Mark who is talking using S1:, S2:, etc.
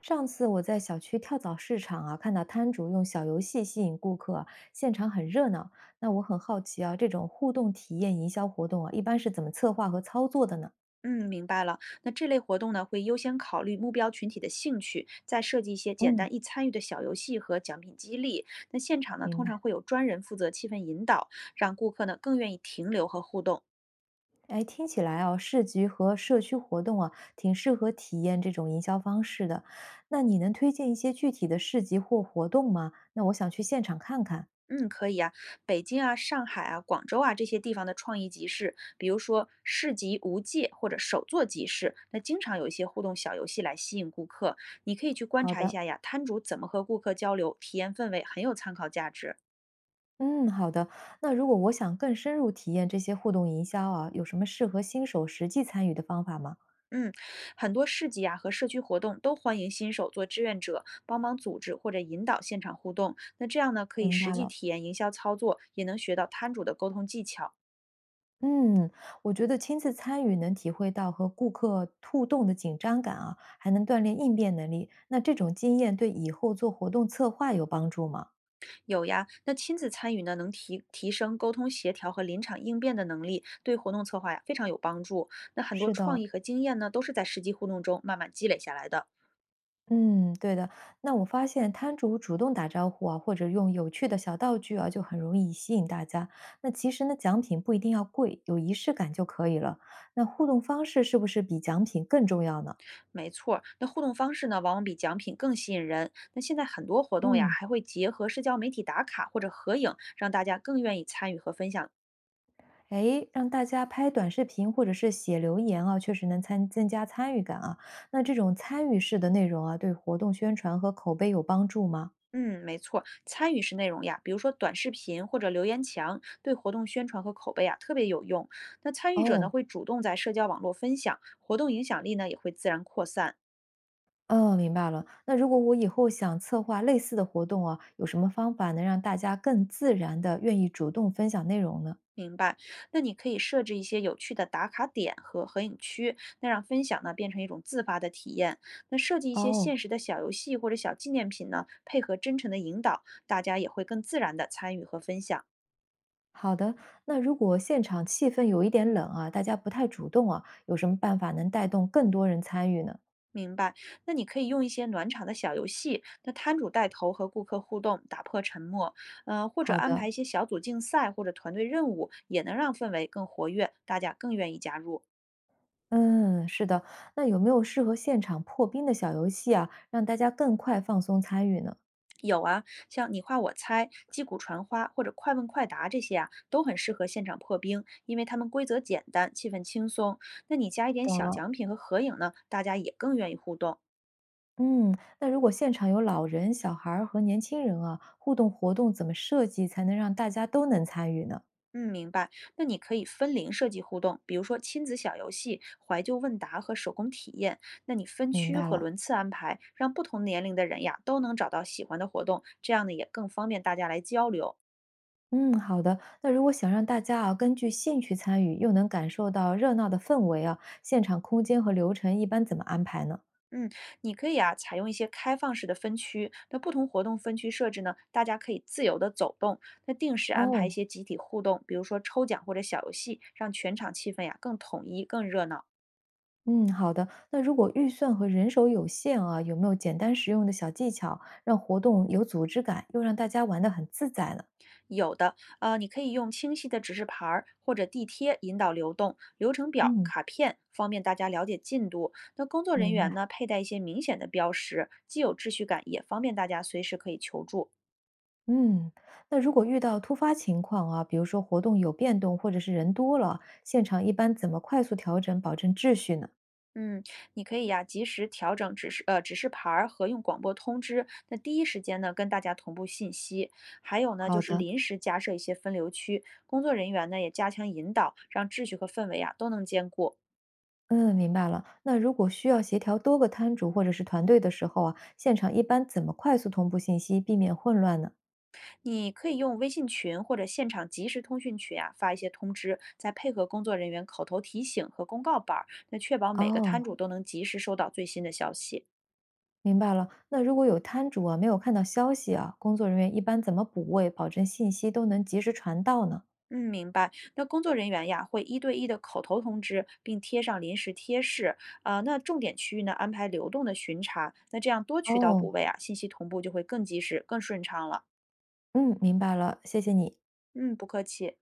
S1: 上次我在小区跳蚤市场啊，看到摊主用小游戏吸引顾客啊，现场很热闹。那我很好奇啊，这种互动体验营销活动啊，一般是怎么策划和操作的呢？
S2: 嗯，明白了。那这类活动呢，会优先考虑目标群体的兴趣，再设计一些简
S1: 嗯，
S2: 单易参与的小游戏和奖品激励。那现场呢，
S1: 明
S2: 通常
S1: 白。
S2: 会有专人负责气氛引导，让顾客呢更愿意停留和互动。
S1: 哎，听起来啊，市集和社区活动啊，挺适合体验这种营销方式的。那你能推荐一些具体的市集或活动吗？那我想去现场看看。
S2: 嗯，可以啊。北京啊、上海啊、广州啊这些地方的创意集市，比如说市集无界或者手作集市，那经常有一些互动小游戏来吸引顾客。你可以去观
S1: 好
S2: 察一
S1: 的，
S2: 下呀，摊主怎么和顾客交流，体验氛围很有参考价值。
S1: 嗯，好的。那如果我想更深入体验这些互动营销啊，有什么适合新手实际参与的方法吗？
S2: 嗯，很多市集啊和社区活动都欢迎新手做志愿者，帮忙组织或者引导现场互动。那这样呢，可以
S1: 明
S2: 实
S1: 白
S2: 际
S1: 了，
S2: 体验营销操作，也能学到摊主的沟通技巧。
S1: 嗯，我觉得亲自参与能体会到和顾客互动的紧张感啊，还能锻炼应变能力。那这种经验对以后做活动策划有帮助吗？
S2: 有呀，那亲自参与呢，能提升沟通协调和临场应变的能力，对活动策划呀非常有帮助。那很多
S1: 是
S2: 创
S1: 的，
S2: 意和经验呢，都是在实际互动中慢慢积累下来的。
S1: 嗯，对的。那我发现摊主主动打招呼啊，或者用有趣的小道具啊，就很容易吸引大家。那其实呢，奖品不一定要贵，有仪式感就可以了。那互动方式是不是比奖品更重要呢？
S2: 没错儿那互动方式呢，往往比奖品更吸引人。那现在很多活动呀，
S1: 嗯。
S2: 还会结合社交媒体打卡或者合影，让大家更愿意参与和分享。
S1: 诶，让大家拍短视频或者是写留言啊，确实能参增加参与感啊。那这种参与式的内容啊，对活动宣传和口碑有帮助吗？
S2: 嗯，没错儿参与式内容呀，比如说短视频或者留言墙，对活动宣传和口碑啊特别有用。那参与者呢，
S1: 哦，
S2: 会主动在社交网络分享，活动影响力呢也会自然扩散。
S1: 哦，明白了。那如果我以后想策划类似的活动啊，有什么方法能让大家更自然的愿意主动分享内容呢？
S2: 明白，那你可以设置一些有趣的打卡点和合影区，那让分享呢变成一种自发的体验。那设计一些现
S1: 哦，
S2: 实的小游戏或者小纪念品呢，配合真诚的引导，大家也会更自然的参与和分享。
S1: 好的。那如果现场气氛有一点冷啊，大家不太主动啊，有什么办法能带动更多人参与呢？
S2: 明白，那你可以用一些暖场的小游戏，那摊主带头和顾客互动，打破沉默，或者
S1: 好
S2: 安排
S1: 的，
S2: 一些小组竞赛或者团队任务，也能让氛围更活跃，大家更愿意加入。
S1: 嗯，是的。那有没有适合现场破冰的小游戏啊，让大家更快放松参与呢？
S2: 有啊，像你画我猜、击鼓传花或者快问快答这些啊，都很适合现场破冰，因为他们规则简单，气氛轻松。那你加一点
S1: 懂
S2: 小
S1: 了。
S2: 奖品和合影呢，大家也更愿意互动。
S1: 嗯，那如果现场有老人、小孩儿和年轻人啊，互动活动怎么设计才能让大家都能参与呢？
S2: 嗯，明白。那你可以分龄设计互动，比如说亲子小游戏、怀旧问答和手工体验。那你分
S1: 明
S2: 区
S1: 白
S2: 和
S1: 了。
S2: 轮次安排，让不同年龄的人呀都能找到喜欢的活动，这样呢也更方便大家来交流。
S1: 嗯，好的。那如果想让大家啊根据兴趣参与，又能感受到热闹的氛围啊，现场空间和流程一般怎么安排呢？
S2: 嗯，你可以啊，采用一些开放式的分区。那不同活动分区设置呢，大家可以自由的走动。那定时安排一
S1: 哦，
S2: 些集体互动，比如说抽奖或者小游戏，让全场气氛呀更统一、更热闹。
S1: 嗯，好的。那如果预算和人手有限啊，有没有简单实用的小技巧，让活动有组织感，又让大家玩得很自在呢？
S2: 有的，你可以用清晰的指示牌儿或者地贴引导流动，流程表、
S1: 嗯，
S2: 卡片方便大家了解进度。那工作人
S1: 明
S2: 员
S1: 白。
S2: 呢，佩戴一些明显的标识，既有秩序感，也方便大家随时可以求助。
S1: 嗯，那如果遇到突发情况啊，比如说活动有变动，或者是人多了，现场一般怎么快速调整，保证秩序呢？
S2: 嗯，你可以呀，及时调整指示牌儿和用广播通知，那第一时间呢跟大家同步信息。还有呢，就
S1: 好
S2: 是
S1: 的，
S2: 临时加设一些分流区，工作人员呢也加强引导，让秩序和氛围啊都能兼顾。
S1: 嗯，明白了。那如果需要协调多个摊主或者是团队的时候啊，现场一般怎么快速同步信息，避免混乱呢？
S2: 你可以用微信群或者现场即时通讯群啊发一些通知，再配合工作人员口头提醒和公告板儿，那确保每个摊
S1: 哦，
S2: 主都能及时收到最新的消息。
S1: 明白了。那如果有摊主啊，没有看到消息啊，工作人员一般怎么补位，保证信息都能及时传到呢？
S2: 嗯，明白。那工作人员呀，会一对一的口头通知，并贴上临时贴士。啊、那重点区域呢，安排流动的巡查。那这样多渠道补
S1: 哦，
S2: 位啊，信息同步就会更及时、更顺畅了。
S1: 嗯，明白了，谢谢你。
S2: 嗯，不客气。